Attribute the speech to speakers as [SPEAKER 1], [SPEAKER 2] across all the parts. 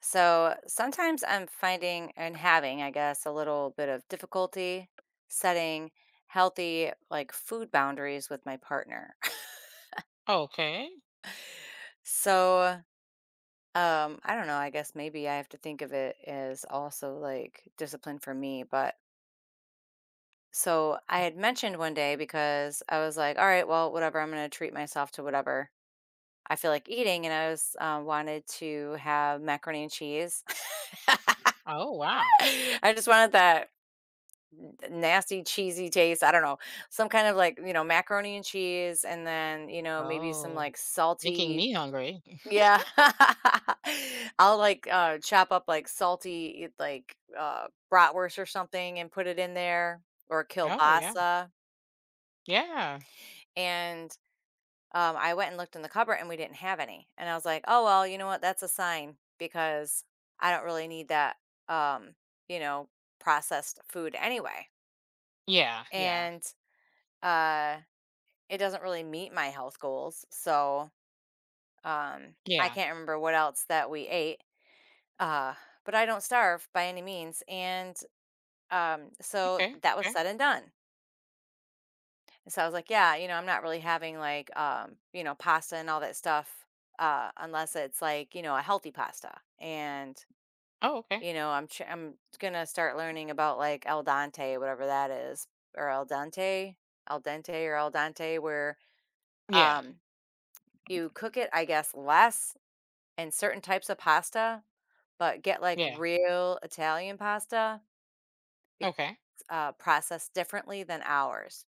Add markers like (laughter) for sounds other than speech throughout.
[SPEAKER 1] So sometimes I'm finding and having, I guess, a little bit of difficulty setting healthy, like, food boundaries with my partner. (laughs)
[SPEAKER 2] Okay.
[SPEAKER 1] So I don't know. I guess maybe I have to think of it as also like discipline for me. But so I had mentioned one day because I was like, all right, well, whatever, I'm going to treat myself to whatever I feel like eating. And I was wanted to have macaroni and cheese.
[SPEAKER 2] Oh, wow.
[SPEAKER 1] (laughs) I just wanted that nasty cheesy taste. I don't know. Some kind of, like, you know, macaroni and cheese, and then, you know, maybe some,
[SPEAKER 2] Oh,
[SPEAKER 1] like,
[SPEAKER 2] making
[SPEAKER 1] salty,
[SPEAKER 2] me hungry.
[SPEAKER 1] yeah. (laughs) I'll like chop up like salty like bratwurst or something and put it in there, or
[SPEAKER 2] Oh, yeah.
[SPEAKER 1] kielbasa.
[SPEAKER 2] Yeah.
[SPEAKER 1] And I went and looked in the cupboard and we didn't have any. And I was like, "Oh well, you know what? That's a sign because I don't really need that um, you know, processed food anyway."
[SPEAKER 2] Yeah. Yeah.
[SPEAKER 1] And uh it doesn't really meet my health goals, so I
[SPEAKER 2] Yeah.
[SPEAKER 1] can't remember what else that we ate, uh, but I don't starve by any means, and, so
[SPEAKER 2] Okay.
[SPEAKER 1] that was
[SPEAKER 2] Okay.
[SPEAKER 1] said and done, and so I was like, "Yeah, you know, I'm not really having, like, pasta and all that stuff, unless it's, like, you know, a healthy pasta," and,
[SPEAKER 2] Oh, okay.
[SPEAKER 1] you know, I'm gonna start learning about, like, al dente, whatever that is, or al dente, where,
[SPEAKER 2] Yeah.
[SPEAKER 1] um, you cook it, I guess, less and certain types of pasta, but get like
[SPEAKER 2] Yeah.
[SPEAKER 1] real Italian pasta. It's
[SPEAKER 2] Okay.
[SPEAKER 1] processed differently than ours.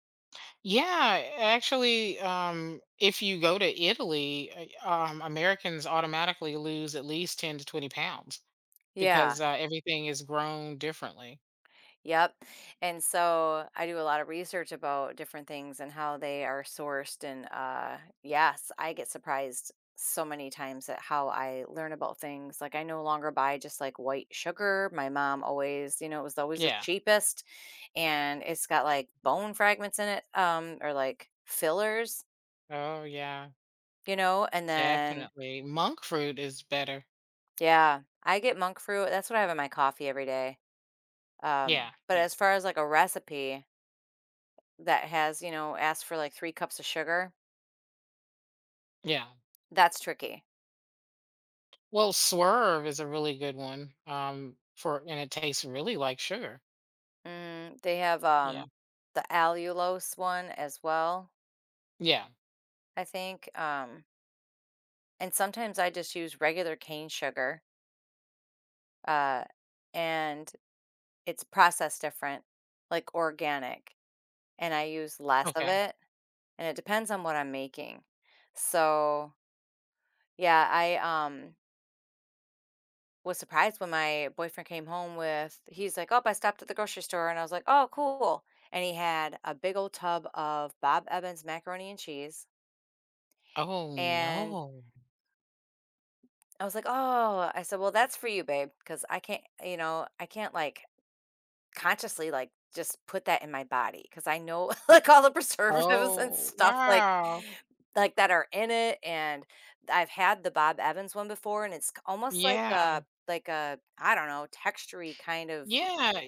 [SPEAKER 2] Yeah, actually, if you go to Italy, Americans automatically lose at least 10 to 20 pounds
[SPEAKER 1] Yeah.
[SPEAKER 2] because everything is grown differently.
[SPEAKER 1] Yep. And so I do a lot of research about different things and how they are sourced. And yes, I get surprised so many times at how I learn about things. Like, I no longer buy just like white sugar. My mom always, you know, it was always the
[SPEAKER 2] Yeah.
[SPEAKER 1] cheapest, and it's got like bone fragments in it, or like fillers,
[SPEAKER 2] Oh, yeah,
[SPEAKER 1] you know, and then
[SPEAKER 2] definitely. Monk fruit is better.
[SPEAKER 1] yeah, I get monk fruit, that's what I have in my coffee every day,
[SPEAKER 2] Yeah.
[SPEAKER 1] but
[SPEAKER 2] Yeah.
[SPEAKER 1] as far as, like, a recipe that has, you know, asked for, like, 3 cups of sugar,
[SPEAKER 2] Yeah.
[SPEAKER 1] that's tricky.
[SPEAKER 2] Well, Swerve is a really good one. For and it tastes really like sugar.
[SPEAKER 1] Mm, they have,
[SPEAKER 2] Yeah.
[SPEAKER 1] the allulose one as well,
[SPEAKER 2] Yeah.
[SPEAKER 1] I think, and sometimes I just use regular cane sugar, uh, and it's processed different, like organic, and I use less of
[SPEAKER 2] Okay.
[SPEAKER 1] it, and it depends on what I'm making. So, yeah, I was surprised when my boyfriend came home with, he's like, "Oh, I stopped at the grocery store." And I was like, "Oh, cool." And he had a big old tub of Bob Evans macaroni and cheese.
[SPEAKER 2] Oh
[SPEAKER 1] And
[SPEAKER 2] no.
[SPEAKER 1] I was like, "Oh," I said, "Well, that's for you, babe, cuz I can't, you know, I can't like consciously like just put that in my body cuz I know (laughs) like all the preservatives and
[SPEAKER 2] Oh
[SPEAKER 1] stuff
[SPEAKER 2] wow.
[SPEAKER 1] like that are in it, and I've had the Bob Evans one before, and it's almost
[SPEAKER 2] Yeah.
[SPEAKER 1] like a I don't know, textury kind of
[SPEAKER 2] Yeah.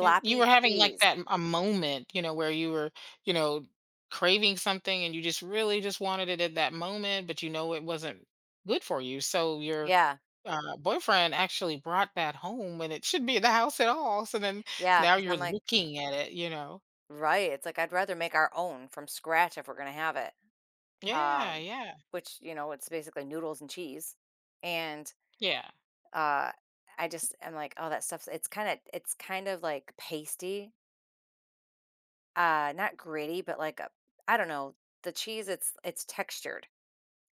[SPEAKER 2] And you were having like
[SPEAKER 1] cheese.
[SPEAKER 2] a moment, you know, where you were, you know, craving something and you just really just wanted it at that moment, but you know it wasn't good for you. So your
[SPEAKER 1] Yeah,
[SPEAKER 2] boyfriend actually brought that home when it should be in the house at all. So then
[SPEAKER 1] yeah. Because
[SPEAKER 2] now
[SPEAKER 1] 'cause
[SPEAKER 2] you're
[SPEAKER 1] I'm like,
[SPEAKER 2] looking at it, you know.
[SPEAKER 1] right, it's like I'd rather make our own from scratch if we're gonna have it,
[SPEAKER 2] Yeah,
[SPEAKER 1] um,
[SPEAKER 2] yeah,
[SPEAKER 1] which, you know, it's basically noodles and cheese, and,
[SPEAKER 2] yeah.
[SPEAKER 1] uh, I just am like, "Oh, that stuff's" it's kind of, like, pasty, not gritty, but like a I don't know, the cheese, it's textured.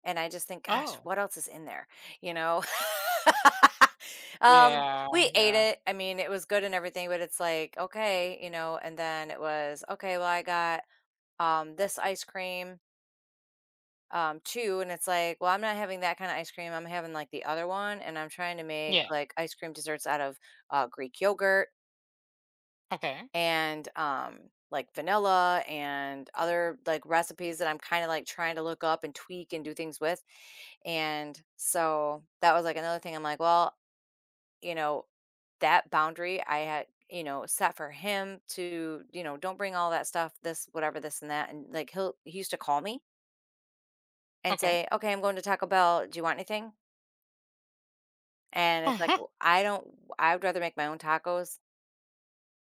[SPEAKER 1] And I just think, "Gosh,
[SPEAKER 2] Oh,
[SPEAKER 1] what else is in there?" You know? (laughs) Um,
[SPEAKER 2] yeah,
[SPEAKER 1] we ate
[SPEAKER 2] yeah,
[SPEAKER 1] it, I mean, it was good and everything, but it's like, "Okay," you know, and then it was, "Okay, well, I got, this ice cream, too," and it's like, "Well, I'm not having that kinda ice cream, I'm having, like, the other one," and I'm trying to make,
[SPEAKER 2] yeah.
[SPEAKER 1] like, ice cream desserts out of, Greek yogurt
[SPEAKER 2] Okay,
[SPEAKER 1] and like vanilla and other like recipes that I'm kind of like trying to look up and tweak and do things with. And so that was like another thing, I'm like, well, you know, that boundary I had, you know, set for him to, you know, don't bring all that stuff, this, whatever, this and that. And like he used to call me and
[SPEAKER 2] okay.
[SPEAKER 1] say, okay, I'm going to Taco Bell. Do you want anything? And it's like, "Well,
[SPEAKER 2] (laughs)
[SPEAKER 1] I don't, I would rather make my own tacos.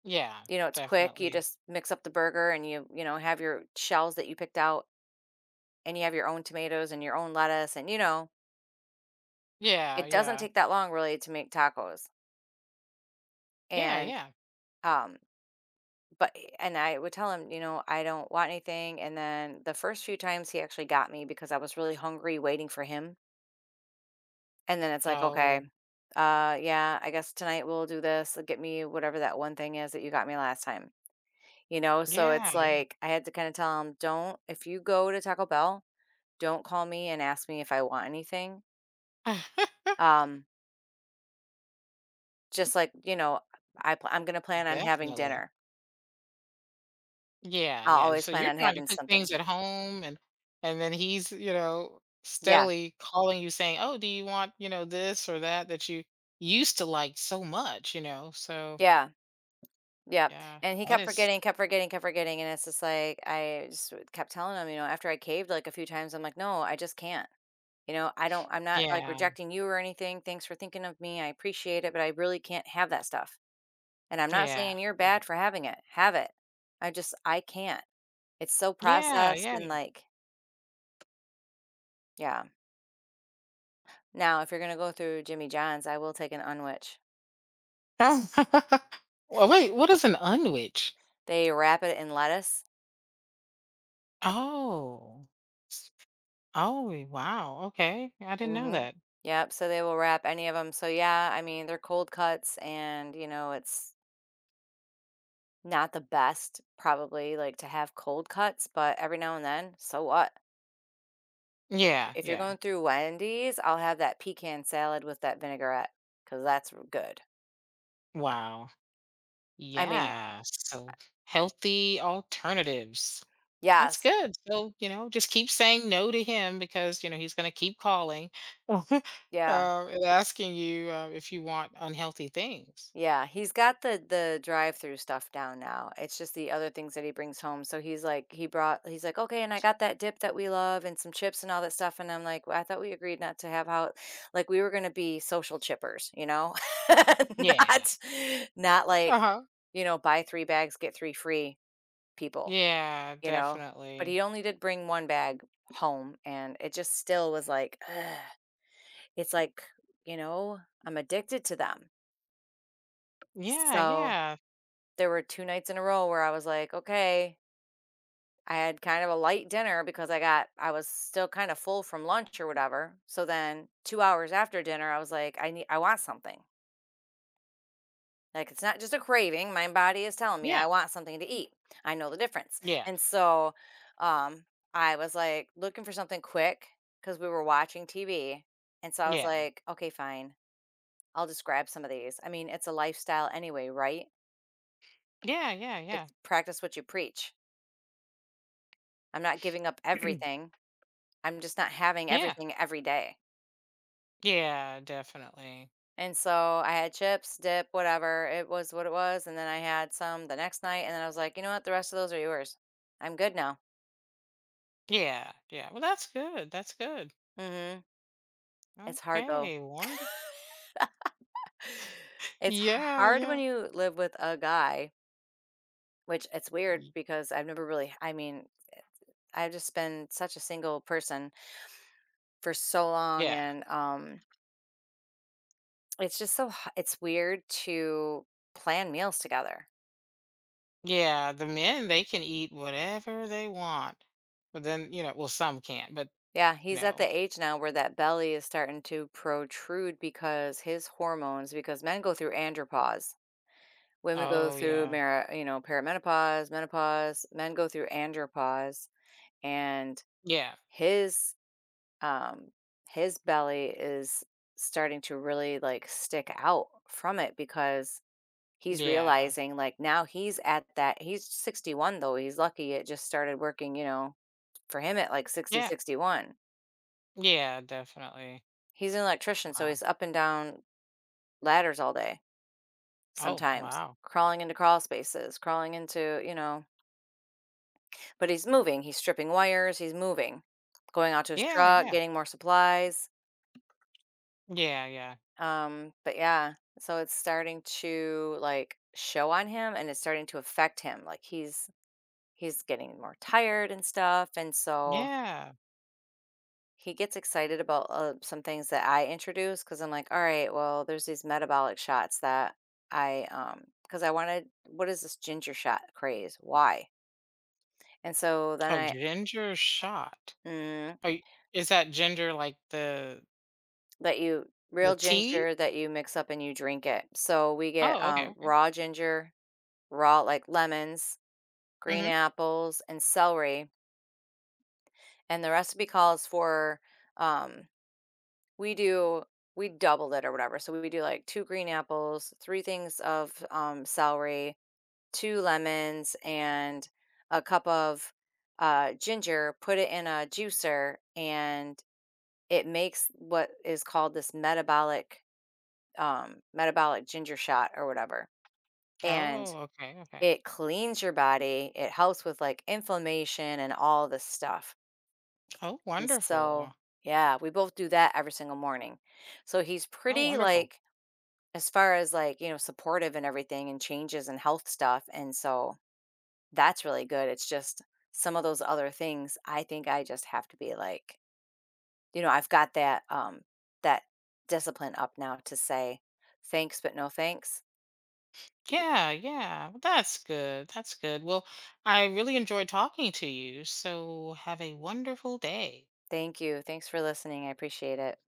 [SPEAKER 2] Yeah,
[SPEAKER 1] You know, it's quick. You
[SPEAKER 2] definitely.
[SPEAKER 1] just mix up the burger and you know, have your shells that you picked out and you have your own tomatoes and your own lettuce, and, you know,
[SPEAKER 2] Yeah,
[SPEAKER 1] it doesn't
[SPEAKER 2] yeah,
[SPEAKER 1] take that long really to make tacos."
[SPEAKER 2] yeah,
[SPEAKER 1] And
[SPEAKER 2] yeah.
[SPEAKER 1] um and I would tell him, you know, I don't want anything, and then the first few times he actually got me because I was really hungry waiting for him. And then it's like, okay,
[SPEAKER 2] Oh,
[SPEAKER 1] yeah, I guess tonight we'll do this. Get me whatever that one thing is that you got me last time. You know, so
[SPEAKER 2] yeah,
[SPEAKER 1] it's
[SPEAKER 2] yeah.
[SPEAKER 1] like I had to kind of tell him, don't, if you go to Taco Bell, don't call me and ask me if I want anything.
[SPEAKER 2] (laughs)
[SPEAKER 1] Um Just like, you know, I'm gonna plan on having
[SPEAKER 2] Definitely.
[SPEAKER 1] dinner.
[SPEAKER 2] Yeah,
[SPEAKER 1] I'll
[SPEAKER 2] yeah.
[SPEAKER 1] always
[SPEAKER 2] So
[SPEAKER 1] plan
[SPEAKER 2] you're
[SPEAKER 1] on
[SPEAKER 2] trying to
[SPEAKER 1] having
[SPEAKER 2] cook
[SPEAKER 1] something
[SPEAKER 2] things
[SPEAKER 1] here.
[SPEAKER 2] at home and then he's, you know,
[SPEAKER 1] Yeah,
[SPEAKER 2] steadily calling you saying, "Oh, do you want, you know, this or that that you used to like so much, you know?" So,
[SPEAKER 1] yeah, yeah,
[SPEAKER 2] yeah,
[SPEAKER 1] and he
[SPEAKER 2] that
[SPEAKER 1] kept
[SPEAKER 2] is
[SPEAKER 1] forgetting, kept forgetting, kept forgetting, and it's just like, I just kept telling him, you know, after I caved, like, a few times, I'm like, "No, I just can't, you know, I'm not, like,
[SPEAKER 2] yeah,
[SPEAKER 1] rejecting you or anything, thanks for thinking of me, I appreciate it, but I really can't have that stuff, and I'm not
[SPEAKER 2] yeah,
[SPEAKER 1] saying you're
[SPEAKER 2] yeah.
[SPEAKER 1] bad for having it, have it. I can't. It's so
[SPEAKER 2] Yeah,
[SPEAKER 1] processed
[SPEAKER 2] yeah.
[SPEAKER 1] and, like" Yeah. Now if you're gonna go through Jimmy John's, I will take an unwich.
[SPEAKER 2] Oh, (laughs) Well, wait, what is an unwitch?
[SPEAKER 1] They wrap it in lettuce.
[SPEAKER 2] Oh. S Oh, wow, okay, I didn't know
[SPEAKER 1] Mhm.
[SPEAKER 2] that.
[SPEAKER 1] Yep, so they will wrap any of them. So, yeah, I mean, they're cold cuts and, you know, it's not the best probably, like, to have cold cuts, but every now and then, so what?
[SPEAKER 2] Yeah,
[SPEAKER 1] If you're
[SPEAKER 2] yeah.
[SPEAKER 1] going through Wendy's, I'll have that pecan salad with that vinaigrette because that's r good.
[SPEAKER 2] Wow.
[SPEAKER 1] I mean,
[SPEAKER 2] Yeah, so healthy alternatives. That's
[SPEAKER 1] yes,
[SPEAKER 2] good, so, you know, just keep saying no to him because, you know, he's gonna keep calling, (laughs) um,
[SPEAKER 1] yeah.
[SPEAKER 2] and asking you, if you want unhealthy things.
[SPEAKER 1] Yeah, he's got the drive-through stuff down now. It's just the other things that he brings home. So he's like, he's like, okay, and I got that dip that we love and some chips and all that stuff. And I'm like, well, I thought we agreed not to have how, like, we were gonna be social chippers, you know, (laughs)
[SPEAKER 2] Yeah.
[SPEAKER 1] not, not like,
[SPEAKER 2] Uh-huh.
[SPEAKER 1] you know, buy three bags, get three free people,
[SPEAKER 2] Yeah,
[SPEAKER 1] you know. But
[SPEAKER 2] definitely.
[SPEAKER 1] he only did bring one bag home, and it just still was like, ugh. It's like, you know, I'm addicted to them.
[SPEAKER 2] Yeah,
[SPEAKER 1] So
[SPEAKER 2] yeah.
[SPEAKER 1] there were 2 nights in a row where I was like, "Okay." I had kind of a light dinner because I was still kind of full from lunch or whatever. So then 2 hours after dinner, I was like, I want something." Like, it's not just a craving, my body is telling me I
[SPEAKER 2] Yeah,
[SPEAKER 1] want something to eat. I know the difference.
[SPEAKER 2] yeah,
[SPEAKER 1] And so, um, I was, like, looking for something quick because we were watching TV. And so I was
[SPEAKER 2] yeah.
[SPEAKER 1] like, "Okay, fine. I'll just grab some of these." I mean, it's a lifestyle anyway, right?
[SPEAKER 2] Yeah, yeah, yeah.
[SPEAKER 1] It's practice what you preach. I'm not giving up
[SPEAKER 2] (clears throat)
[SPEAKER 1] everything. I'm just not having
[SPEAKER 2] Yeah.
[SPEAKER 1] everything every day.
[SPEAKER 2] Yeah, definitely.
[SPEAKER 1] And so I had chips, dip, whatever. It was what it was. And then I had some the next night. And then I was like, you know what? The rest of those are yours. I'm good now.
[SPEAKER 2] Yeah, yeah. Well, that's good. That's good.
[SPEAKER 1] Hmm. It's hard though.
[SPEAKER 2] Okay, wonderful.
[SPEAKER 1] (sighs) (laughs) It's
[SPEAKER 2] Yeah,
[SPEAKER 1] hard when
[SPEAKER 2] yeah.
[SPEAKER 1] you live with a guy, which it's weird
[SPEAKER 2] y-
[SPEAKER 1] because I've never really, I mean, I've just been such a single person for so long.
[SPEAKER 2] Yeah.
[SPEAKER 1] And it's just so, it's weird to plan meals together.
[SPEAKER 2] Yeah, the men they can eat whatever they want. But then, you know, well some can't, but
[SPEAKER 1] Yeah,
[SPEAKER 2] you
[SPEAKER 1] he's at the
[SPEAKER 2] know.
[SPEAKER 1] age now where that belly is starting to protrude because his hormones, because men go through andropause. Women go
[SPEAKER 2] Oh,
[SPEAKER 1] through,
[SPEAKER 2] yeah.
[SPEAKER 1] you know, perimenopause, menopause. Men go through andropause, and
[SPEAKER 2] Yeah.
[SPEAKER 1] his um his belly is starting to really like stick out from it because he's
[SPEAKER 2] Yeah.
[SPEAKER 1] realizing like now he's at that, he's 61 though. He's lucky it just started working, you know, for him at like sixty
[SPEAKER 2] Yeah.
[SPEAKER 1] sixty one.
[SPEAKER 2] Yeah, definitely.
[SPEAKER 1] He's an electrician, so
[SPEAKER 2] Wow.
[SPEAKER 1] he's up and down ladders all day
[SPEAKER 2] Oh,
[SPEAKER 1] sometimes,
[SPEAKER 2] wow.
[SPEAKER 1] crawling into crawl spaces, crawling into, you know, but he's moving. He's stripping wires, he's moving, going out to his
[SPEAKER 2] Yeah,
[SPEAKER 1] truck,
[SPEAKER 2] yeah.
[SPEAKER 1] getting more supplies.
[SPEAKER 2] Yeah, yeah.
[SPEAKER 1] But yeah, so it's starting to like show on him, and it's starting to affect him. Like he's getting more tired and stuff. And so
[SPEAKER 2] Yeah.
[SPEAKER 1] he gets excited about some things that I introduce because I'm like, all right, well, there's these metabolic shots that because I wanted, what is this ginger shot craze? Why? And so
[SPEAKER 2] Oh,
[SPEAKER 1] then
[SPEAKER 2] ginger shot.
[SPEAKER 1] I, mm,
[SPEAKER 2] Oh, is that ginger like
[SPEAKER 1] that you,
[SPEAKER 2] the
[SPEAKER 1] real
[SPEAKER 2] tea?
[SPEAKER 1] ginger that you mix up and you drink it. So we get
[SPEAKER 2] Oh, okay, okay.
[SPEAKER 1] raw ginger, raw, like lemons, green
[SPEAKER 2] Mhm.
[SPEAKER 1] apples, and celery. And the recipe calls for, um, We do we doubled it or whatever, so we do, like, 2 green apples, 3 things of, celery, 2 lemons, and a cup of, ginger, put it in a juicer, and it makes what is called this metabolic ginger shot or whatever, and
[SPEAKER 2] Oh, okay, okay.
[SPEAKER 1] it cleans your body, it helps with, like, inflammation and all this stuff,
[SPEAKER 2] Oh,
[SPEAKER 1] and so
[SPEAKER 2] wonderful.
[SPEAKER 1] yeah, we both do that every single morning. So he's
[SPEAKER 2] Oh,
[SPEAKER 1] pretty,
[SPEAKER 2] wonderful.
[SPEAKER 1] like, as far as like, you know, supportive and everything and changes and health stuff, and so that's really good, it's just some of those other things, I think I just have to be like, you know, I've got that that discipline up now to say thanks but no thanks.
[SPEAKER 2] Yeah, yeah. Well, that's good. That's good. Well, I really enjoyed talking to you. So have a wonderful day.
[SPEAKER 1] Thank you, thanks for listening, I appreciate it.